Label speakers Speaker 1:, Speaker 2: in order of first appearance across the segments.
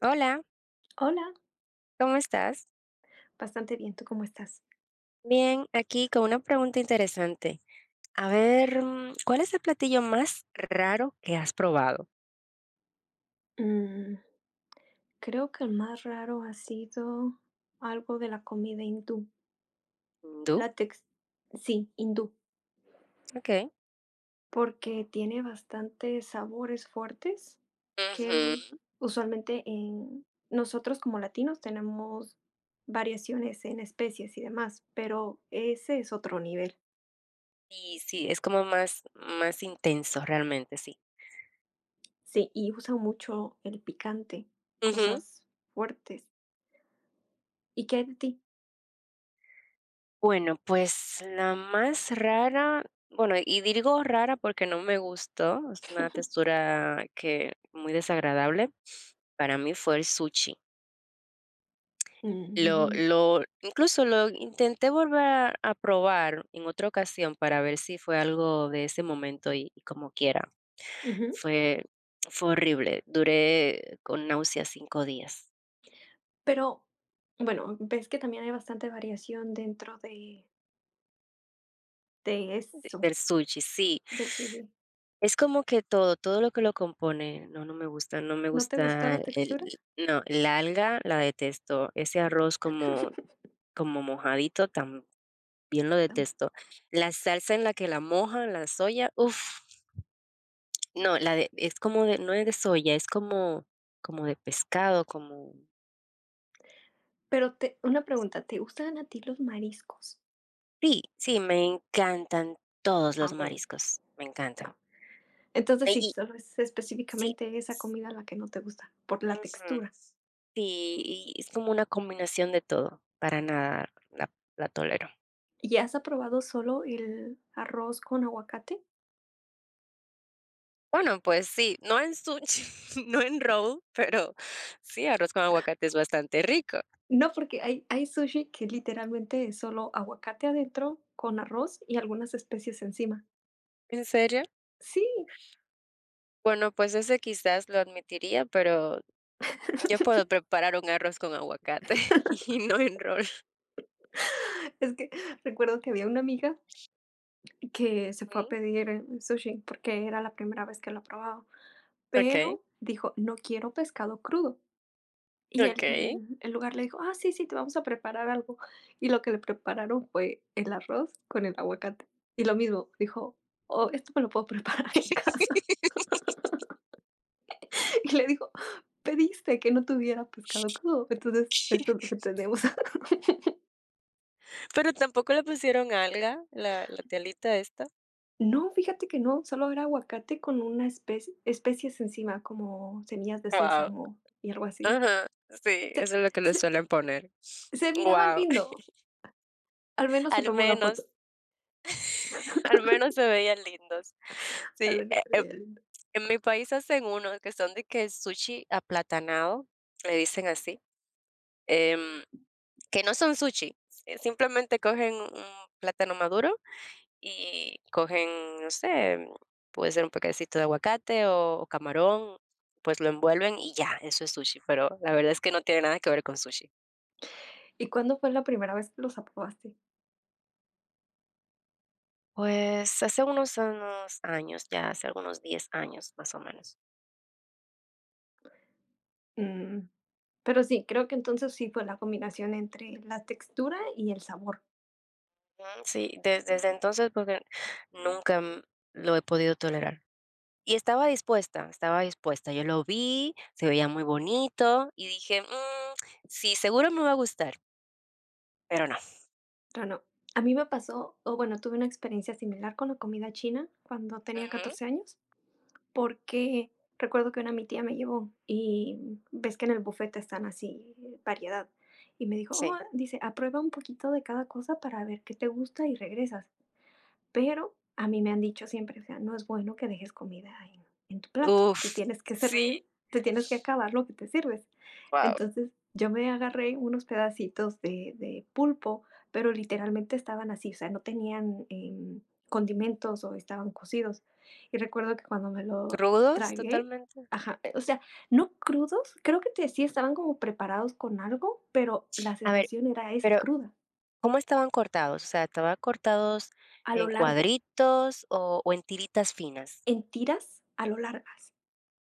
Speaker 1: Hola,
Speaker 2: Hola,
Speaker 1: ¿cómo estás?
Speaker 2: bastante bien, ¿tú cómo estás?
Speaker 1: Bien, aquí con una pregunta interesante. A ver, ¿cuál es el platillo más raro que has probado?
Speaker 2: Mm, Creo que el más raro ha sido algo de la comida hindú.
Speaker 1: ¿Tú?
Speaker 2: la tex- sí, hindú,
Speaker 1: Ok.
Speaker 2: porque tiene bastantes sabores fuertes que
Speaker 1: Ujú.
Speaker 2: usualmente en nosotros como latinos tenemos variaciones en especies y demás, pero ese es otro nivel.
Speaker 1: Y sí, es como más, más intenso realmente, sí.
Speaker 2: Sí, y usan mucho el picante,
Speaker 1: Ujú.
Speaker 2: cosas fuertes. ¿Y qué hay de ti?
Speaker 1: Bueno, pues la más rara, bueno, y digo rara porque no me gustó, es una textura que muy desagradable. Para mí fue el sushi. Lo
Speaker 2: Mm,
Speaker 1: lo incluso lo intenté volver a probar en otra ocasión para ver si fue algo de ese momento y como quiera,
Speaker 2: ujú.
Speaker 1: fue fue horrible. Duré con náuseas 5 días
Speaker 2: Pero, bueno, ves que también hay bastante variación dentro de eso,
Speaker 1: del sushi, sí.
Speaker 2: del sushi,
Speaker 1: Es como que todo, todo lo que lo compone, no, no me gusta, no me
Speaker 2: ¿no te gustó
Speaker 1: gusta
Speaker 2: la
Speaker 1: el
Speaker 2: textura?
Speaker 1: no, la alga la detesto, ese arroz como como mojadito también lo
Speaker 2: Tampoco.
Speaker 1: detesto. La salsa en la que la mojan, la soya, uff. No, la de es como de no es de soya, es como de pescado, como
Speaker 2: Pero te una pregunta, ¿te gustan a ti los mariscos?
Speaker 1: sí, sí, me encantan todos los
Speaker 2: Ah, bueno,
Speaker 1: mariscos, me encantan.
Speaker 2: ah, entonces sí,
Speaker 1: Y
Speaker 2: solo es
Speaker 1: sí,
Speaker 2: específicamente esa
Speaker 1: s
Speaker 2: comida la que no te gusta, por la
Speaker 1: ujú,
Speaker 2: textura.
Speaker 1: sí, y es como una combinación de todo, para nada la tolero.
Speaker 2: ¿Y has probado solo el arroz con aguacate?
Speaker 1: Bueno, pues sí, no en sushi, no en roll, pero sí, arroz con aguacate es bastante rico.
Speaker 2: No, porque hay sushi que literalmente es solo aguacate adentro con arroz y algunas especies encima.
Speaker 1: ¿En serio?
Speaker 2: Sí.
Speaker 1: Bueno, pues ese quizás lo admitiría, pero yo puedo preparar un arroz con aguacate y no en roll.
Speaker 2: Es que recuerdo que había una amiga que se fue a
Speaker 1: Ujú.
Speaker 2: pedir sushi porque era la primera vez que lo probaba,
Speaker 1: Okey,
Speaker 2: pero dijo: "No quiero pescado crudo". Y el
Speaker 1: okey.
Speaker 2: el el lugar le dijo: "Ah, sí, sí, te vamos a preparar algo". Y lo que le prepararon fue el arroz con el aguacate. Y lo mismo, dijo: "Oh, esto me lo puedo preparar en casa". Y le dijo: "Pediste que no tuviera pescado crudo, entonces esto es lo que tenemos".
Speaker 1: Pero tampoco le pusieron alga, la telita esta.
Speaker 2: No, fíjate que no, solo era aguacate con una especie especies encima, como semillas de
Speaker 1: Wow.
Speaker 2: sésamo y algo así.
Speaker 1: Ajá. Sí, eso es lo que le
Speaker 2: Se
Speaker 1: suelen poner.
Speaker 2: se miraba
Speaker 1: Wow.
Speaker 2: lindo, al menos se
Speaker 1: Al
Speaker 2: tomó la
Speaker 1: menos,
Speaker 2: foto,
Speaker 1: al menos se veían lindos.
Speaker 2: al
Speaker 1: Sí,
Speaker 2: menos se veía lindo.
Speaker 1: en mi país hacen uno que son de que sushi aplatanado, le dicen así, em, que no son sushi, si simplemente cogen un plátano maduro. Y cogen, no sé, puede ser un pedacito de aguacate o camarón, pues lo envuelven y ya, eso es sushi, pero la verdad es que no tiene nada que ver con sushi.
Speaker 2: ¿Y cuándo fue la primera vez que los aprobaste?
Speaker 1: Pues hace unos años, ya hace algunos 10 años, más o menos.
Speaker 2: Mm, pero sí, creo que entonces sí fue la combinación entre la textura y el sabor.
Speaker 1: Ujú, sí, desde entonces, porque nunca, lo he podido tolerar. Y estaba dispuesta, estaba dispuesta. Yo lo vi, se veía muy bonito y dije: "Mm, sí, seguro me va a gustar", pero no.
Speaker 2: No, no. A mí me pasó, o bueno, tuve una experiencia similar con la comida china cuando tenía
Speaker 1: Ujú,
Speaker 2: 14 años, porque recuerdo que una mi tía me llevó y ves que en el buffet están así, variedad. Y me dijo: "Oh",
Speaker 1: sí.
Speaker 2: dice: "aprueba un poquito de cada cosa para ver qué te gusta y regresas". Pero a mí me han dicho siempre, o sea, no es bueno que dejes comida en tu plato, te
Speaker 1: Uf,
Speaker 2: tienes que
Speaker 1: sí,
Speaker 2: servir, te tienes que acabar lo que te sirves.
Speaker 1: wow.
Speaker 2: Entonces yo me agarré unos pedacitos de, pulpo, pero literalmente estaban así, o sea, no tenían condimentos o estaban cocidos. Y recuerdo que cuando me lo
Speaker 1: ¿Rudos
Speaker 2: tragué,
Speaker 1: totalmente?
Speaker 2: ajá, o sea, no crudos, creo que te, sí estaban como preparados con algo, pero la
Speaker 1: A ver,
Speaker 2: sensación era esa,
Speaker 1: pero,
Speaker 2: cruda,
Speaker 1: ¿cómo estaban cortados? O sea, ¿estaban cortados
Speaker 2: a lo
Speaker 1: en
Speaker 2: largo,
Speaker 1: cuadritos o en tiritas finas?
Speaker 2: en tiras, a lo largas.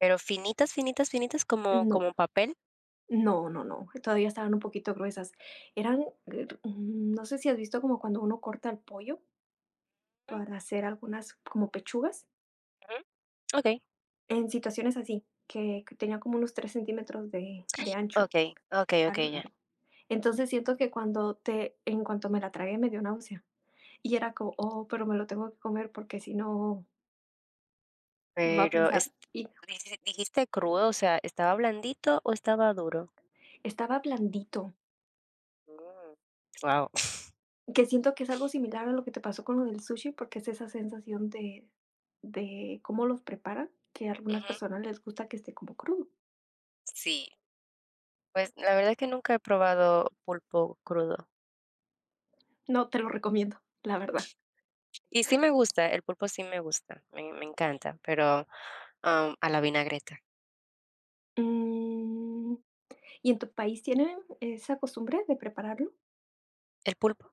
Speaker 1: Pero finitas, finitas, finitas, ¿como
Speaker 2: No,
Speaker 1: como papel?
Speaker 2: no, no, no, todavía estaban un poquito gruesas. Eran, no sé si has visto como cuando uno corta el pollo
Speaker 1: Mm,
Speaker 2: para hacer algunas como pechugas,
Speaker 1: ujú. Okey,
Speaker 2: en situaciones así, que tenía como unos 3 centímetros de, ancho
Speaker 1: okey, okey,
Speaker 2: a
Speaker 1: okey,
Speaker 2: lo
Speaker 1: ya.
Speaker 2: largo. Entonces siento que cuando te, en cuanto me la tragué me dio náusea. Y era como: "Oh, pero me lo tengo que comer porque si no va a
Speaker 1: Pero
Speaker 2: pensar".
Speaker 1: est
Speaker 2: Y
Speaker 1: dijiste crudo, o sea, ¿estaba blandito o estaba duro?
Speaker 2: estaba blandito.
Speaker 1: Mm, guau.
Speaker 2: Que siento que es algo similar a lo que te pasó con lo del sushi, porque es esa sensación de cómo los preparan, que a algunas
Speaker 1: Ujú,
Speaker 2: personas les gusta que esté como crudo.
Speaker 1: sí. Pues, la verdad es que nunca he probado pulpo crudo.
Speaker 2: No te lo recomiendo, la verdad.
Speaker 1: Y sí me gusta, el pulpo sí me gusta, me encanta, pero, a la vinagreta.
Speaker 2: Mm, ¿y en tu país tienen esa costumbre de prepararlo?
Speaker 1: El pulpo,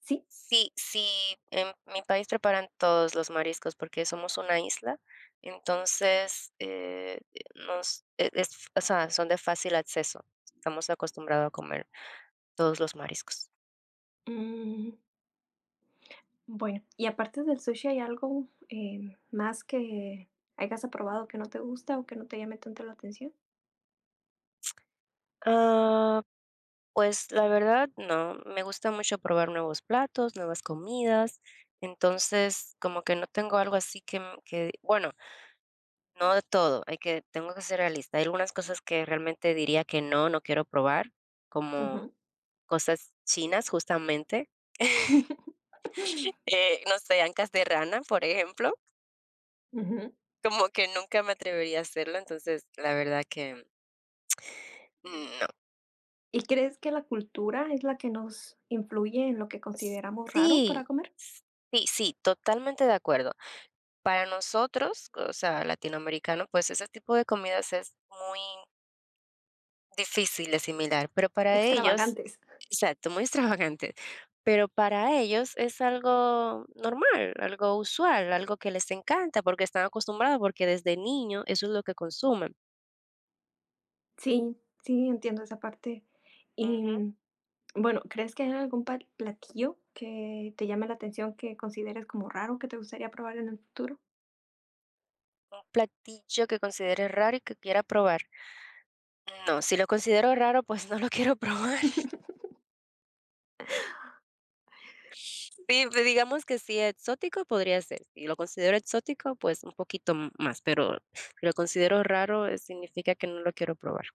Speaker 2: ¿Sí?
Speaker 1: sí sí, en mi país preparan todos los mariscos porque somos una isla, entonces, nos e es o sea, son de fácil acceso. Estamos acostumbrados a comer todos los mariscos.
Speaker 2: Mm, bueno, y aparte del sushi, ¿hay algo, más que hayas probado que no te gusta o que no te llame tanto la atención?
Speaker 1: Ah, pues, la verdad, no, me gusta mucho probar nuevos platos, nuevas comidas, entonces, como que no tengo algo así que, que bueno. No de todo, hay que tengo que ser realista. Hay algunas cosas que realmente diría que no, no quiero probar, como
Speaker 2: Ujú.
Speaker 1: cosas chinas, justamente, no sé, ancas de rana, por ejemplo,
Speaker 2: Ujú.
Speaker 1: como que nunca me atrevería a hacerlo, entonces, la verdad que no.
Speaker 2: ¿Y crees que la cultura es la que nos influye en lo que consideramos raro
Speaker 1: Sí,
Speaker 2: para comer?
Speaker 1: sí, sí, totalmente de acuerdo. Para nosotros, o sea, latinoamericanos, pues ese tipo de comidas es muy difícil asimilar, pero para ellos
Speaker 2: Extravagantes.
Speaker 1: exacto, muy extravagante, pero para ellos es algo normal, algo usual, algo que les encanta, porque están acostumbrados, porque desde niño eso es lo que consumen.
Speaker 2: Sí, sí, entiendo esa parte. Y
Speaker 1: Ujú.
Speaker 2: mm, bueno, ¿crees que hay algún platillo que te llame la atención que consideres como raro que te gustaría probar en el futuro?
Speaker 1: Un platillo que considere raro y que quiera probar. No, si lo considero raro, pues no lo quiero probar. Sí, pues, digamos que si exótico podría ser, si lo considero exótico, pues un poquito más, pero si lo considero raro, significa que no lo quiero probar.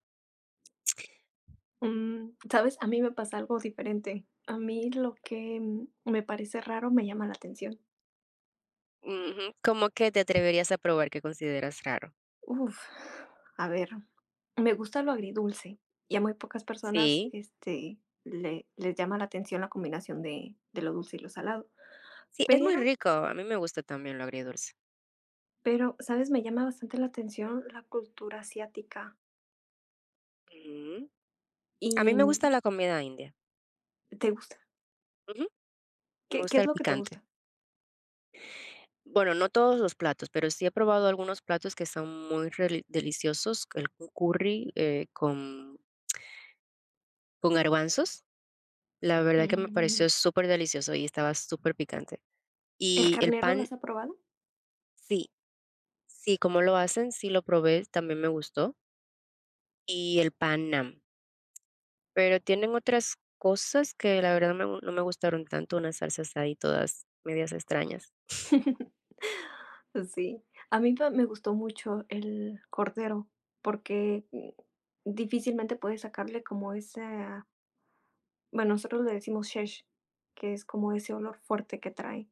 Speaker 2: Mm, ¿sabes? A mí me pasa algo diferente. A mí lo que me parece raro me llama la atención.
Speaker 1: Ujú, ¿cómo que te atreverías a probar que consideras raro?
Speaker 2: Uf, a ver, me gusta lo agridulce y a muy pocas personas
Speaker 1: Sí,
Speaker 2: este, le, les llama la atención la combinación de, lo dulce y lo salado.
Speaker 1: sí, es muy
Speaker 2: Pero,
Speaker 1: rico, a mí me gusta también lo agridulce.
Speaker 2: pero, ¿sabes? Me llama bastante la atención la cultura asiática
Speaker 1: Ujú. A mí
Speaker 2: y
Speaker 1: me gusta
Speaker 2: mm,
Speaker 1: la comida india,
Speaker 2: ¿te gusta?
Speaker 1: ujú, me
Speaker 2: ¿Qué, qué
Speaker 1: gusta
Speaker 2: es
Speaker 1: el
Speaker 2: lo que te
Speaker 1: picante.
Speaker 2: gusta?
Speaker 1: Bueno, no todos los platos, pero sí he probado algunos platos que son muy deliciosos, el curry con garbanzos, la verdad que me
Speaker 2: Mm,
Speaker 1: pareció súper delicioso y estaba súper picante.
Speaker 2: ¿el
Speaker 1: Y el
Speaker 2: carnero lo
Speaker 1: pan,
Speaker 2: has probado?
Speaker 1: sí, sí, como lo hacen, sí lo probé, también me gustó. Y el pan nam. Pero tienen otras cosas que la verdad no me gustaron tanto, unas salsas ahí todas medias extrañas.
Speaker 2: Sí, a mí me gustó mucho el cordero porque difícilmente puedes sacarle como ese... Bueno, nosotros le decimos shesh, que es como ese olor fuerte que trae,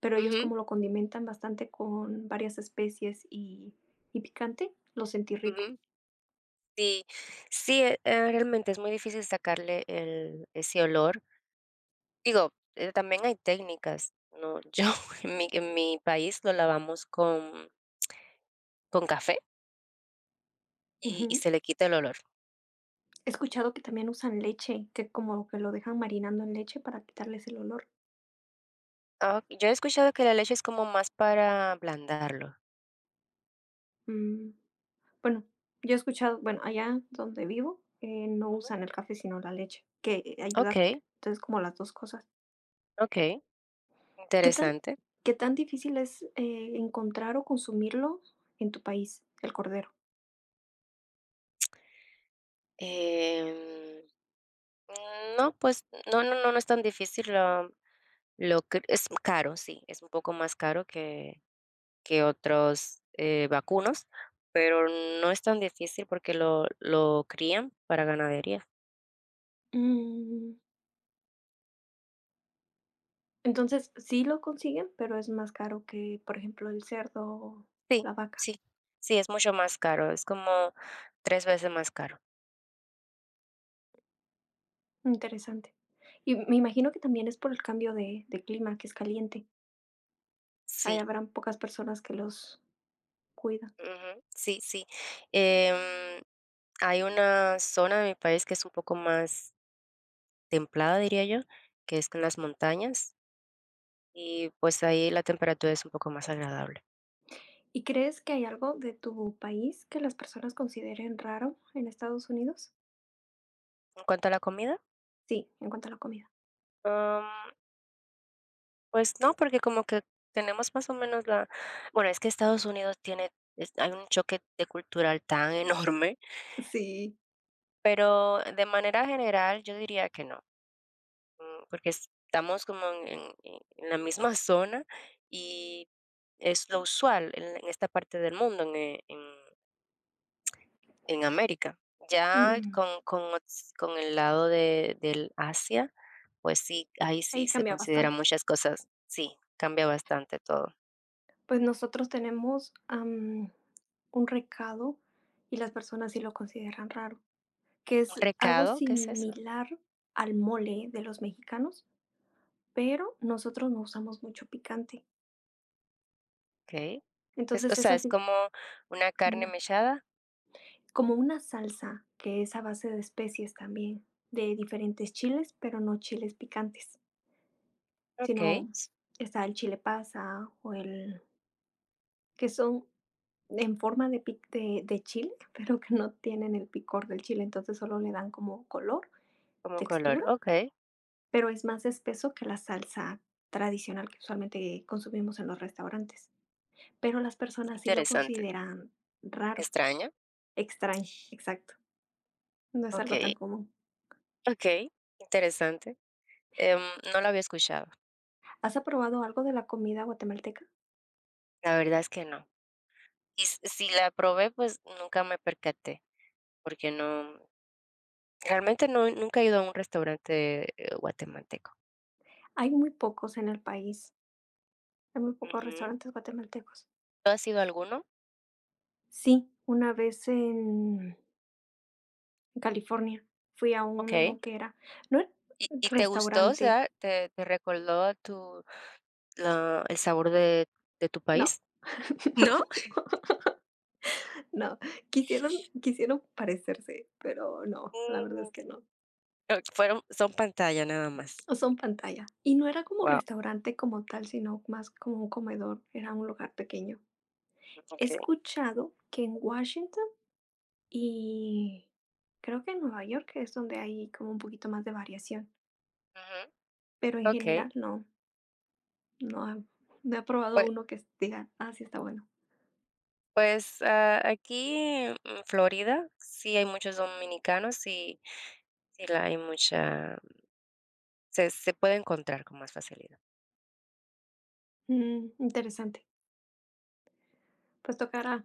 Speaker 2: pero ellos
Speaker 1: Ujú,
Speaker 2: como lo condimentan bastante con varias especies y picante, lo sentí rico.
Speaker 1: ujú. Sí, sí, realmente es muy difícil sacarle el ese olor. Digo, también hay técnicas, ¿no? Yo en mi país lo lavamos con café y
Speaker 2: Ujú.
Speaker 1: se le quita el olor.
Speaker 2: He escuchado que también usan leche, que como que lo dejan marinando en leche para quitarles el olor.
Speaker 1: Ah, ok, yo he escuchado que la leche es como más para ablandarlo.
Speaker 2: Mm, bueno, yo he escuchado, bueno, allá donde vivo, no
Speaker 1: Ujú.
Speaker 2: usan el café sino la leche, que ayuda,
Speaker 1: Okey,
Speaker 2: entonces como las dos cosas.
Speaker 1: okey,
Speaker 2: ¿Qué tan,
Speaker 1: interesante.
Speaker 2: qué tan difícil es encontrar o consumirlo en tu país, el cordero?
Speaker 1: Em No, pues, no, no, no, no es tan difícil, lo que es caro, sí, es un poco más caro que otros, vacunos, pero no es tan difícil porque lo crían para ganadería.
Speaker 2: Mm, entonces, sí lo consiguen, pero es más caro que, por ejemplo, el cerdo o
Speaker 1: Sí,
Speaker 2: la vaca.
Speaker 1: sí, sí, es mucho más caro, es como 3 veces más caro.
Speaker 2: Interesante. Y me imagino que también es por el cambio de, clima, que es caliente.
Speaker 1: Sí,
Speaker 2: Ahí habrán pocas personas que los cuidan.
Speaker 1: ujú, sí, sí. Em, hay una zona de mi país que es un poco más templada, diría yo, que es en las montañas, y, pues, ahí la temperatura es un poco más agradable.
Speaker 2: ¿Y crees que hay algo de tu país que las personas consideren raro en Estados Unidos?
Speaker 1: ¿En cuanto a la comida?
Speaker 2: Sí, en cuanto a la comida.
Speaker 1: Am, pues no, porque como que tenemos más o menos la bueno, es que Estados Unidos tiene es hay un choque de cultural tan enorme,
Speaker 2: Sí.
Speaker 1: pero de manera general yo diría que no, porque estamos como en la misma zona y es lo usual en esta parte del mundo, en América. Ya
Speaker 2: Mm,
Speaker 1: con el lado del Asia, pues sí, ahí sí
Speaker 2: ahí
Speaker 1: se
Speaker 2: cambia
Speaker 1: consideran
Speaker 2: bastante.
Speaker 1: muchas cosas. Sí, cambia bastante todo.
Speaker 2: Pues nosotros tenemos un recado y las personas sí lo consideran raro, que
Speaker 1: ¿Un
Speaker 2: es algo
Speaker 1: recado? ¿Qué es eso?
Speaker 2: similar al mole de los mexicanos, pero nosotros no usamos mucho picante.
Speaker 1: Ok. Es, o
Speaker 2: Entonces es
Speaker 1: sea, es
Speaker 2: así,
Speaker 1: como una
Speaker 2: como
Speaker 1: carne
Speaker 2: una,
Speaker 1: mechada.
Speaker 2: como una salsa que es a base de especies también, de diferentes chiles, pero no chiles picantes,
Speaker 1: Ok.
Speaker 2: sino
Speaker 1: s-
Speaker 2: está el chile pasa o el que son en forma de, de chile, pero que no tienen el picor del chile, entonces solo le dan como color,
Speaker 1: Como color.
Speaker 2: textura,
Speaker 1: Ok.
Speaker 2: pero es más espeso que la salsa tradicional que usualmente consumimos en los restaurantes. Pero las personas sí lo
Speaker 1: Interesante.
Speaker 2: consideran raro,
Speaker 1: Extraña.
Speaker 2: extraño, exacto. No es
Speaker 1: Ok.
Speaker 2: algo tan común.
Speaker 1: Ok. Interesante. Em, no lo había escuchado.
Speaker 2: ¿Has probado algo de la comida guatemalteca?
Speaker 1: La verdad es que no. Y si la probé, pues nunca me percaté, porque no, realmente no, nunca he ido a un restaurante, guatemalteco.
Speaker 2: Hay muy pocos en el país. Hay muy pocos
Speaker 1: Ujú.
Speaker 2: restaurantes guatemaltecos.
Speaker 1: ¿Tú has ido a alguno?
Speaker 2: Sí, una vez en California fui a uno
Speaker 1: Okey.
Speaker 2: que era, no era
Speaker 1: ¿Y te gustó? O
Speaker 2: restaurante,
Speaker 1: sea, ¿te recordó tu la el sabor de tu
Speaker 2: no,
Speaker 1: país?
Speaker 2: no.
Speaker 1: ¿No?
Speaker 2: No, quisieron parecerse, pero no, la verdad
Speaker 1: Mm,
Speaker 2: es que no.
Speaker 1: o fueron son pantalla nada más.
Speaker 2: Son pantalla. Y no era como
Speaker 1: Wow.
Speaker 2: restaurante como tal, sino más como un comedor, era un lugar pequeño. He
Speaker 1: Okay.
Speaker 2: escuchado que en Washington y creo que en Nueva York es donde hay como un poquito más de variación,
Speaker 1: Ujú.
Speaker 2: pero en
Speaker 1: Okey.
Speaker 2: general no, no he no he probado
Speaker 1: Pue
Speaker 2: uno que diga: "Ah, sí está bueno".
Speaker 1: pues, aquí en Florida sí hay muchos dominicanos y sí la hay mucha se puede encontrar con más facilidad.
Speaker 2: Mm, interesante. Pues tocará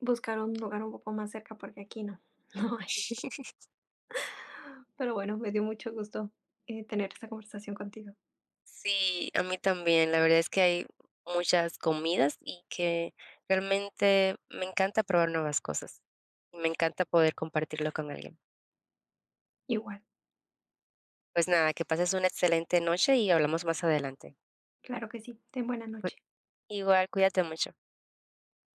Speaker 2: buscar un lugar un poco más cerca porque aquí no, no hay. Pero bueno, me dio mucho gusto, tener esta conversación contigo.
Speaker 1: Sí, a mí también. La verdad es que hay muchas comidas y que realmente me encanta probar nuevas cosas y me encanta poder compartirlo con alguien.
Speaker 2: Igual,
Speaker 1: Pues nada, que pases una excelente noche y hablamos más adelante.
Speaker 2: claro que sí. Ten buena
Speaker 1: Cu-
Speaker 2: noche.
Speaker 1: Igual, cuídate mucho.